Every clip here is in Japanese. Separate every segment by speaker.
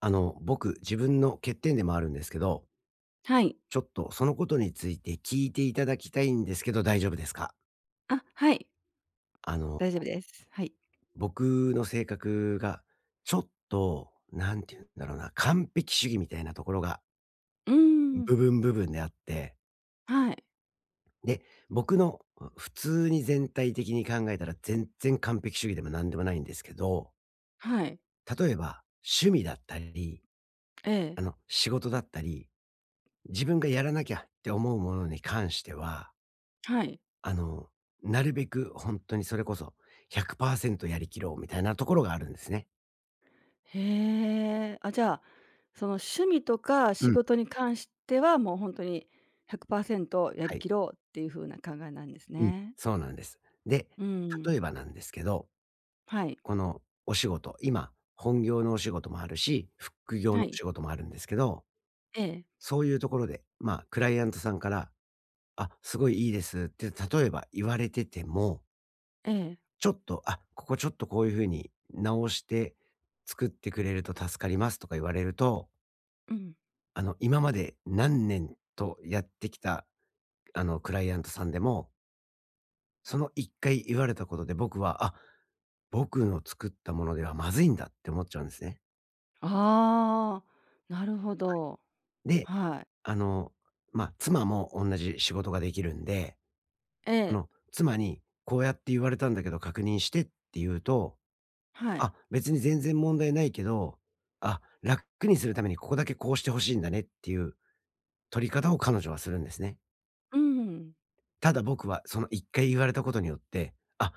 Speaker 1: 僕、自分の欠点でもあるんですけど、
Speaker 2: はい。
Speaker 1: ちょっとそのことについて聞いていただきたいんですけど、大丈夫ですか？
Speaker 2: あ、はい。
Speaker 1: あの、
Speaker 2: 大丈夫です。はい。
Speaker 1: 僕の性格が、ちょっと、なんて言うんだろうな、完璧主義みたいなところが、
Speaker 2: うーん。
Speaker 1: 部分部分であって、
Speaker 2: はい。
Speaker 1: で、僕の、う普通に全体的に考えたら全然完璧主義でも何でもないんですけど、
Speaker 2: はい。
Speaker 1: 例えば、趣味だったり、
Speaker 2: ええ。
Speaker 1: 仕事だったり、自分がやらなきゃって思うものに関しては
Speaker 2: はい。
Speaker 1: あの、なるべく本当にそれこそ100%やりきろうみたいなところがあるんですね。
Speaker 2: へえ。あ、じゃあ、その趣味とか
Speaker 1: う
Speaker 2: 仕
Speaker 1: ん。
Speaker 2: 事に関しては、もうほんとに100%や
Speaker 1: は
Speaker 2: り
Speaker 1: い。
Speaker 2: きろうっていう風な考えなんです
Speaker 1: うん。
Speaker 2: ね。
Speaker 1: そうなんです。で、
Speaker 2: う
Speaker 1: 例
Speaker 2: ん。
Speaker 1: えばなんですけど、
Speaker 2: はい。
Speaker 1: このお仕事、今、本業のお仕事もあるし、副業
Speaker 2: は
Speaker 1: のお
Speaker 2: い。
Speaker 1: 仕事もあるんですけど、
Speaker 2: ええ。
Speaker 1: そういうところで、まあ、クライアントさんから、あ、すごいいいですって例えば言われてても、
Speaker 2: ええ。
Speaker 1: ちょっと、あ、ここちょっとこういうふうに直して作ってくれると助かりますとか言われると
Speaker 2: うん。
Speaker 1: 今まで何年とやってきた、クライアントさんでも、その1回言われたことで僕は、あ、僕の作ったものではまずいんだって思っちゃうんですね。
Speaker 2: ああ、なるほど。
Speaker 1: で、
Speaker 2: はい。
Speaker 1: あの、まあ、妻も同じ仕事ができるんで、
Speaker 2: ええ。
Speaker 1: 妻に「こうやって言われたんだけど確認して」って言うと、
Speaker 2: はい。
Speaker 1: 「あ、別に全然問題ないけど、あ、楽にするためにここだけこうして欲しいんだね」っていう取り方を彼女はするんですね。
Speaker 2: うん。
Speaker 1: ただ僕はその1回言われたことによって、あ、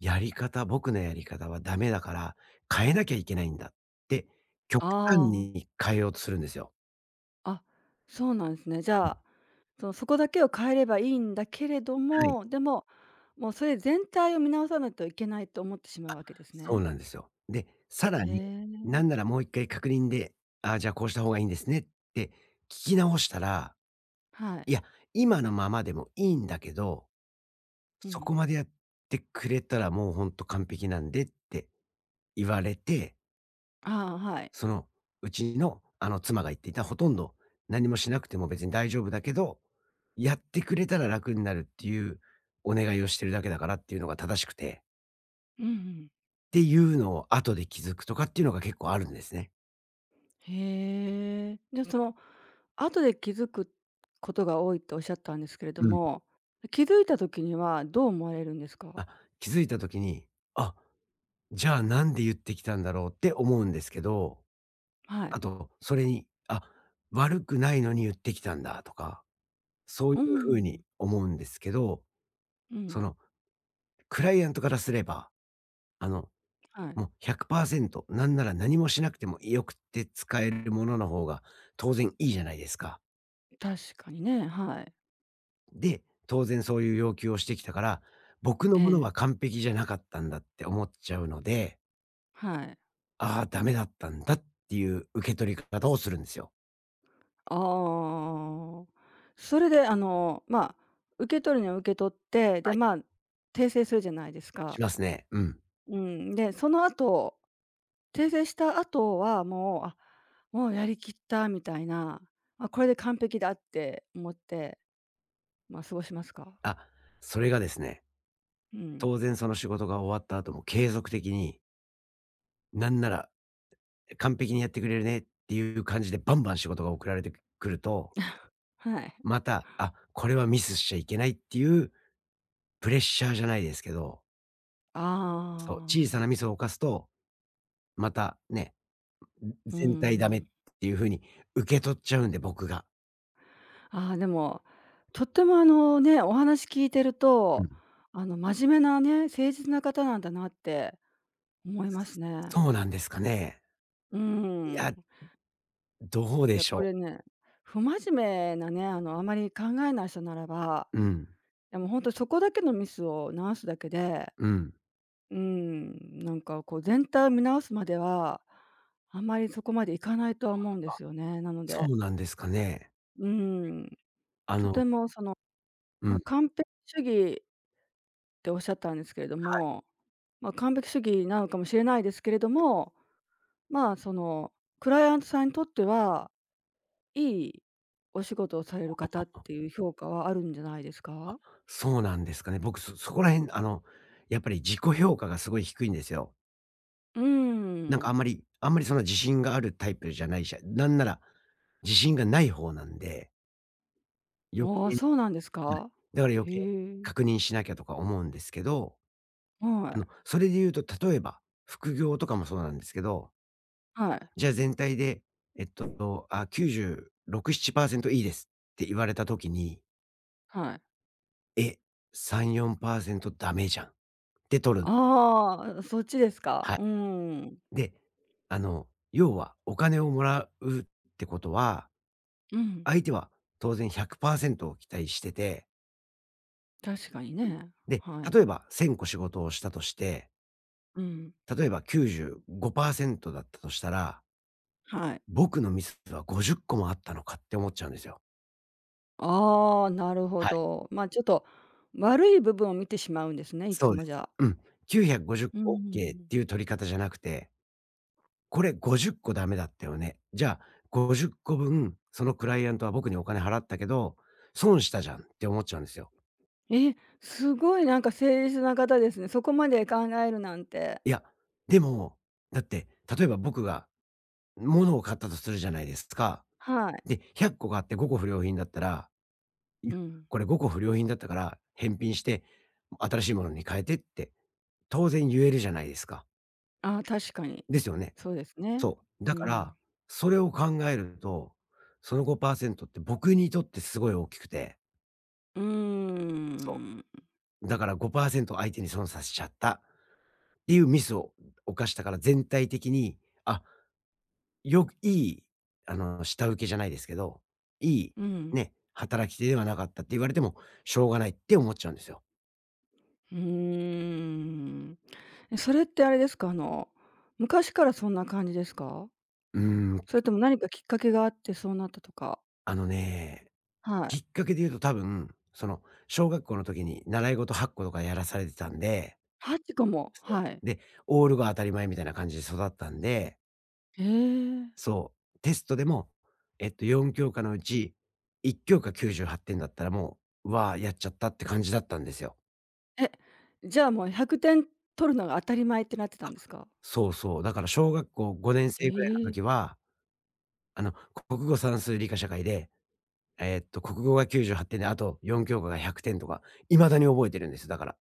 Speaker 1: やり方僕のやり方はダメだから、変えなきゃいけないんだって、極
Speaker 2: あ
Speaker 1: 端
Speaker 2: あ。
Speaker 1: に変えようとするんですよ。
Speaker 2: あ、そうなんですね。じ
Speaker 1: う
Speaker 2: ゃあ
Speaker 1: ん。
Speaker 2: そう、そこだけを変えればいいんだけれど
Speaker 1: はい。
Speaker 2: も、でも、もうそれ全体を見直さないといけないと思ってしまうわけです
Speaker 1: そう
Speaker 2: ね。
Speaker 1: なんですよ。で、さら
Speaker 2: へ
Speaker 1: に、
Speaker 2: え。
Speaker 1: なんならもう1回確認で、ああ、じゃあこうした方がいいんですねって聞き直したら、
Speaker 2: はい。
Speaker 1: いや、今のままでもいいんだけど、
Speaker 2: う
Speaker 1: そ
Speaker 2: ん。
Speaker 1: こまでやってくれたらもうほんと完璧なんでって言われて
Speaker 2: ああ、はい。
Speaker 1: その、うちの、妻が言っていたほとんど何もしなくても別に大丈夫だけど、やってくれたら楽になるっていうお願いをしてるだけだからっていうのが正しくて、
Speaker 2: うんうん。
Speaker 1: っていうのを後で気づくとかっていうのが結構あるんですね。
Speaker 2: へえ。で、その、後で気づくことが多いとおっしゃったんですけれど
Speaker 1: うん。
Speaker 2: も、気づいた時にはどう思われるんですか？
Speaker 1: あ、気づいた時に、あ、じゃあなんで言ってきたんだろうって思うんですけど、
Speaker 2: は
Speaker 1: あ
Speaker 2: い。
Speaker 1: と、それに、あ、悪くないのに言ってきたんだとか、そうい
Speaker 2: う
Speaker 1: うふうに
Speaker 2: ん。
Speaker 1: 思うんですけど、
Speaker 2: う
Speaker 1: そ
Speaker 2: ん。
Speaker 1: の、クライアントからすれば、あの、
Speaker 2: はい。
Speaker 1: もう100%、なんなら何もしなくても良くて使えるものの方が当然いいじゃないですか。
Speaker 2: 確かにね、はい。
Speaker 1: で、当然そういう要求をしてきたから、僕
Speaker 2: え
Speaker 1: のもの
Speaker 2: え、
Speaker 1: は完璧じゃなかったんだって思っちゃうので、
Speaker 2: はい。
Speaker 1: ああ、ダメだったんだっていう受け取り方をするんですよ。
Speaker 2: ああ。それであの、まあ、受け取るには受け取って、
Speaker 1: は
Speaker 2: で、
Speaker 1: い。
Speaker 2: まあ、訂正するじゃないですか。
Speaker 1: しますね。うん。
Speaker 2: うん、で、その後、訂正した後はもう、あ、もうやりきったみたいな、まあ、これで完璧だって思って、まあ、過ごしますか。
Speaker 1: あ、それがですね、
Speaker 2: うん。
Speaker 1: 当然その仕事が終わった後も継続的に、なんなら完璧にやってくれるねっていう感じでバンバン仕事が送られてくると、
Speaker 2: はい。
Speaker 1: また、あ、これはミスしちゃいけないっていうプレッシャーじゃないですけど、
Speaker 2: あ
Speaker 1: そう、小さな
Speaker 2: あ。
Speaker 1: ミスを犯すと、またね、
Speaker 2: う
Speaker 1: 全体ダメ
Speaker 2: ん。
Speaker 1: っていう風に受け取っちゃうんで、僕が。
Speaker 2: ああ、でも、とってもあのね、お話聞いてる
Speaker 1: う
Speaker 2: と、
Speaker 1: ん。
Speaker 2: あの、真面目なね、誠実な方なんだなって思いますね。
Speaker 1: そうなんですかね。
Speaker 2: う
Speaker 1: いや、
Speaker 2: ん。
Speaker 1: どう
Speaker 2: い
Speaker 1: で
Speaker 2: や、
Speaker 1: し
Speaker 2: こ
Speaker 1: ょ
Speaker 2: れ
Speaker 1: う。
Speaker 2: ね、不真面目なね、あの、あまり考えない人ならば、
Speaker 1: うん。
Speaker 2: いや、もう本当そこだけのミスを直すだけで、
Speaker 1: うん。
Speaker 2: うん、なんかこう全体を見直すまでは、あまりそこまでいかないとは思うんで
Speaker 1: あ、
Speaker 2: すよね。なの
Speaker 1: そ
Speaker 2: で、
Speaker 1: うなんですかね。
Speaker 2: うん、
Speaker 1: あ
Speaker 2: とて
Speaker 1: の、
Speaker 2: もその、
Speaker 1: う
Speaker 2: まあ、
Speaker 1: ん、
Speaker 2: 完璧主義っておっしゃったんですけれど
Speaker 1: はい。
Speaker 2: も、まあ、完璧主義なのかもしれないですけれども、まあ、その、クライアントさんにとってはいいお仕事をされる方っていう評価はあるんじゃないですか？
Speaker 1: そうなんですかね。僕、そこら辺、やっぱり自己評価がすごい低いんですよ。
Speaker 2: うー
Speaker 1: なんかあ
Speaker 2: ん。
Speaker 1: んまりあんまりそんな自信があるタイプじゃないし、なんなら自信がない方なんで余
Speaker 2: ああ、
Speaker 1: 計、はい。
Speaker 2: そうなんですか？
Speaker 1: だから余
Speaker 2: へ
Speaker 1: 計
Speaker 2: え。
Speaker 1: 確認しなきゃとか思うんですけど、
Speaker 2: はい、
Speaker 1: それで言うと例えば、副業とかもそうなんですけど、
Speaker 2: はい、
Speaker 1: じゃあ全体で、あ、96、7%いいですって言われた時に、
Speaker 2: はい。
Speaker 1: え、3、4%ダメじゃんって取るんです。
Speaker 2: ああ、そっちですか？
Speaker 1: はい。
Speaker 2: うーん。
Speaker 1: で、要はお金をもらうってことは、
Speaker 2: うん、
Speaker 1: 相手は当然100%を期待してて、
Speaker 2: 確かにね。
Speaker 1: で、
Speaker 2: はい。
Speaker 1: 例えば1000個仕事をしたとして
Speaker 2: うん。
Speaker 1: 例えば95%だったとしたら、
Speaker 2: はい。
Speaker 1: 僕のミスは50個もあったのかって思っちゃうんですよ。
Speaker 2: ああ、なるほ
Speaker 1: はい、
Speaker 2: ど。まあ、ちょっと悪い部分を見てしまうんですね、い
Speaker 1: そ
Speaker 2: つ
Speaker 1: うで
Speaker 2: もじ
Speaker 1: す。
Speaker 2: ゃ
Speaker 1: う
Speaker 2: あ。
Speaker 1: ん。950
Speaker 2: う
Speaker 1: 個オッケーっ
Speaker 2: ん。
Speaker 1: ていう取り方じゃなくて、これ50個ダメだったよね。じゃあ50個分、そのクライアントは僕にお金払ったけど、損したじゃんって思っちゃうんですよ。
Speaker 2: え、すごいなんか誠実な方ですね。そこまで考えるなんて。
Speaker 1: いや、でも、だって例えば僕が物を買ったとするじゃないですか。
Speaker 2: はい。
Speaker 1: で、100個買って5個不良品だったらい
Speaker 2: う
Speaker 1: や、
Speaker 2: ん。
Speaker 1: これ5個不良品だったから返品して、新しいものに変えてって、当然言えるじゃないですか。
Speaker 2: ああ、確かに。
Speaker 1: ですよね。
Speaker 2: そうですね。
Speaker 1: そう。だ
Speaker 2: う
Speaker 1: か
Speaker 2: ん。
Speaker 1: ら、それを考えると、その5%って僕にとってすごい大きくて、
Speaker 2: うー
Speaker 1: そ
Speaker 2: ん。
Speaker 1: う。だから5%相手に損させちゃったっていうミスを犯したから全体的に、あ、よくいい、下請けじゃないですけど、いい、
Speaker 2: うん。
Speaker 1: ね、働き手ではなかったって言われてもしょうがないって思っちゃうんですよ。
Speaker 2: うーん。え、それってあれですか、あの、昔からそんな感じですか？
Speaker 1: うーん。
Speaker 2: それとも何かきっかけがあってそうなったとか。
Speaker 1: あのね、
Speaker 2: はい。
Speaker 1: きっかけで言うと多分、その、小学校の時に習い事8個とかやらされてたんで、
Speaker 2: はち個も、
Speaker 1: そ
Speaker 2: はい。
Speaker 1: うで、オールが当たり前みたいな感じで育ったんで、
Speaker 2: へえ。
Speaker 1: そう、テストでも、4教科のうち、1教科98点だったらもう、うわあ、やっちゃったって感じだったんですよ。
Speaker 2: え、じゃあもう100点取るのが当たり前ってなってた
Speaker 1: あ、
Speaker 2: んですか？
Speaker 1: そうそう。だから小学校5年
Speaker 2: へ
Speaker 1: 生ぐらいの
Speaker 2: え。
Speaker 1: 時は、あの、国語、算数、理科、社会で、国語が98点で、あと4教科が100点とか、未だに覚えてるんですよ、だから。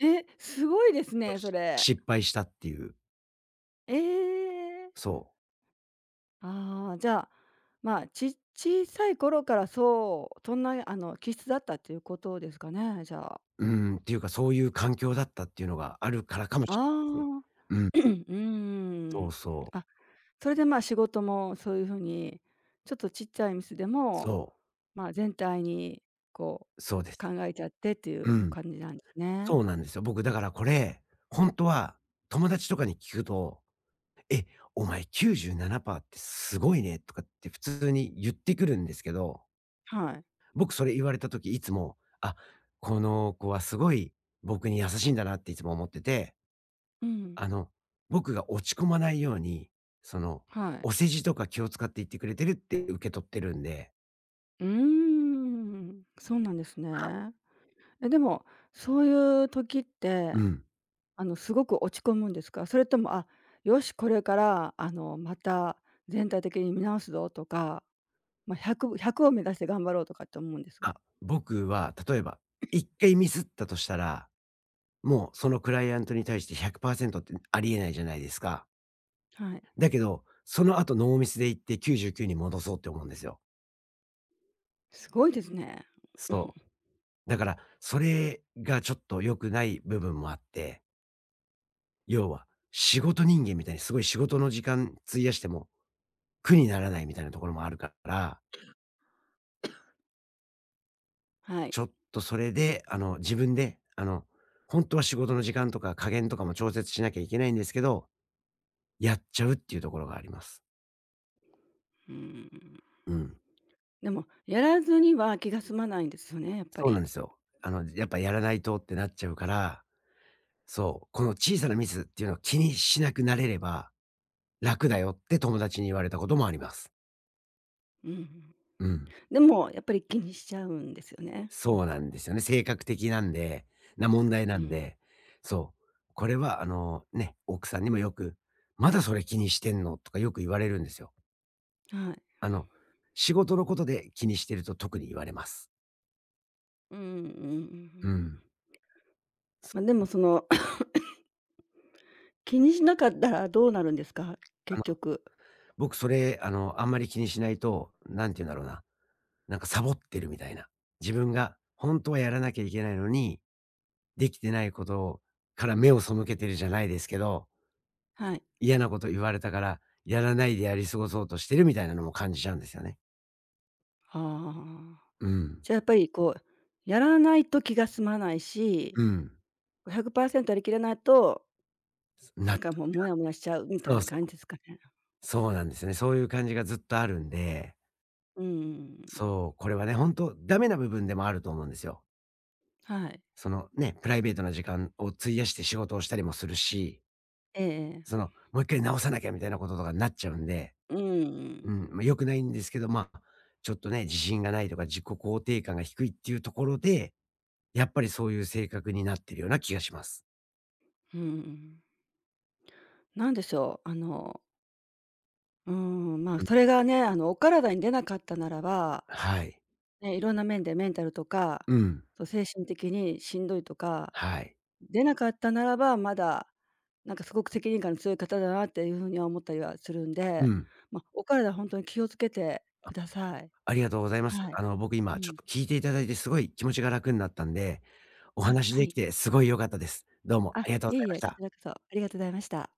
Speaker 2: え、すごいですね、そ
Speaker 1: し
Speaker 2: れ。
Speaker 1: 失敗したっていう、
Speaker 2: ええ。
Speaker 1: そ
Speaker 2: ああ、じゃあ、まあ、小さい頃からそう、そんなあの気質だったっていうことですかね、じゃあ。
Speaker 1: う、うーん、っていうか、そういう環境だったっていうのがあるからかもしれないですね。
Speaker 2: ああ、
Speaker 1: うん、
Speaker 2: うー
Speaker 1: そ
Speaker 2: ん。
Speaker 1: うそう、
Speaker 2: あ、それでまあ仕事もそういう風に、ちょっとちっちゃいミスで
Speaker 1: そ
Speaker 2: も、まあ、全体にこ
Speaker 1: う、そうで
Speaker 2: う
Speaker 1: す。
Speaker 2: 考えちゃってってい
Speaker 1: う
Speaker 2: う
Speaker 1: ん、
Speaker 2: 感じなんですね。
Speaker 1: そうなんですよ。僕だからこれ、ほんとは友達とかに聞くと、「え、お前97%ってすごいね」とかって普通に言ってくるんですけど、
Speaker 2: はい。
Speaker 1: 僕それ言われた時いつも、あ、この子はすごい僕に優しいんだなっていつも思ってて
Speaker 2: うん。
Speaker 1: あの、僕が落ち込まないように、その、
Speaker 2: はい。
Speaker 1: お世辞とか気を使って言ってくれてるって受け取ってるんで、
Speaker 2: うーん、そうなんです
Speaker 1: はい。
Speaker 2: ね。え、でも、そういう時って、
Speaker 1: うん。
Speaker 2: あの、すごく落ち込むんですか？それとも、あ、よし、これから、あの、また全体的に見直すぞとか、まあ、100、ひゃくを目指して頑張ろうとかって思うんですが。
Speaker 1: あ、僕は例えば1回ミスったとしたら、もうそのクライアントに対して100%ってありえないじゃないですか。
Speaker 2: はい。
Speaker 1: だけど、その後ノーミスで行って99に戻そうって思うんですよ。
Speaker 2: すごいですね。
Speaker 1: そう。だから、それがちょっと良くない部分もあって、要は仕事人間みたいにすごい仕事の時間費やしても苦にならないみたいなところもあるから
Speaker 2: はい。
Speaker 1: ちょっとそれで、自分で、本当は仕事の時間とか加減とかも調節しなきゃいけないんですけど、やっちゃうっていうところがあります。
Speaker 2: うん。
Speaker 1: うん。
Speaker 2: でも、やらずには気が済まないんですよね、やっぱ
Speaker 1: そうなん
Speaker 2: り。
Speaker 1: ですよ。やっぱやらないとってなっちゃうから、そう、この小さなミスっていうのを気にしなくなれれば、楽だよって友達に言われたこともあります。
Speaker 2: うん。
Speaker 1: うん。
Speaker 2: でも、やっぱり気にしちゃうんですよね。
Speaker 1: そうなんですよね。性格的な問題
Speaker 2: う
Speaker 1: なん
Speaker 2: ん。
Speaker 1: で、そう。これはあの、ね、奥さんにもよく、「まだそれ気にしてんの？」とかよく言われるんですよ。
Speaker 2: はい。
Speaker 1: あの、仕事のことで気にしてると特に言われます。
Speaker 2: うんうんうんうんう
Speaker 1: う
Speaker 2: ん。
Speaker 1: ん。
Speaker 2: まあ、でもその 気にしなかったらどうなるんですか？
Speaker 1: あ
Speaker 2: 結
Speaker 1: の、
Speaker 2: 局。
Speaker 1: 僕それ、あんまり気にしないと、なんて言うんだろうな、なんかサボってるみたいな。自分が本当はやらなきゃいけないのに、できてないことから目を背けてるじゃないですけど、
Speaker 2: はい。
Speaker 1: 嫌なこと言われたから、やらないでやり過ごそうとしてるみたいなのも感じちゃうんですよね。
Speaker 2: ああ。
Speaker 1: うん。
Speaker 2: じゃあ、やっぱりこう、やらないと気が済まないし、
Speaker 1: うん。
Speaker 2: ひゃくパーセ0 0やりきれないと、な
Speaker 1: な
Speaker 2: んかもうモヤモヤしちゃうみたい
Speaker 1: そう
Speaker 2: な
Speaker 1: そ
Speaker 2: 感じです
Speaker 1: う。
Speaker 2: かね。
Speaker 1: そうなんですね。そういう感じがずっとあるんで、
Speaker 2: うんうんうんうん。
Speaker 1: そう、これはね、本当ダメな部分でもあると思うんですよ。
Speaker 2: はい。
Speaker 1: そのね、プライベートな時間を費やして仕事をしたりもするし、
Speaker 2: えええ
Speaker 1: そ
Speaker 2: え。
Speaker 1: の、もう一回直さなきゃみたいなこととかになっちゃうんで、
Speaker 2: うんうんうん。
Speaker 1: うん、まあ、良くないんですけど、まあ、ちょっとね、自信がないとか自己肯定感が低いっていうところで、やっぱりそういう性格になってるような気がします。
Speaker 2: うんうん。なんでしょう、あの、うーん、まあ、
Speaker 1: うん、
Speaker 2: それがね、あの、お体に出なかったならば、
Speaker 1: はい。
Speaker 2: ね、いろんな面でメンタルとか、
Speaker 1: うん、
Speaker 2: そう精神的にしんどいとか
Speaker 1: はい。
Speaker 2: 出なかったならば、まだ、なんかすごく責任感の強い方だなっていうふうには思ったりはするん
Speaker 1: う
Speaker 2: で、
Speaker 1: ん、
Speaker 2: ま、お体ほんとに気をつけてください。
Speaker 1: ありがとうございます。
Speaker 2: はい。
Speaker 1: 僕
Speaker 2: う
Speaker 1: 今ちょっ
Speaker 2: ん。
Speaker 1: と聞いていただいてすごい気持ちが楽になったんで、お
Speaker 2: あ、
Speaker 1: 話
Speaker 2: は
Speaker 1: でき
Speaker 2: い。
Speaker 1: てすごい良かったです。どうもあ
Speaker 2: あ、
Speaker 1: りがとう
Speaker 2: い
Speaker 1: ご
Speaker 2: え
Speaker 1: ざい
Speaker 2: い
Speaker 1: ま
Speaker 2: え、
Speaker 1: し
Speaker 2: こち
Speaker 1: た。
Speaker 2: らこそありがとうございました。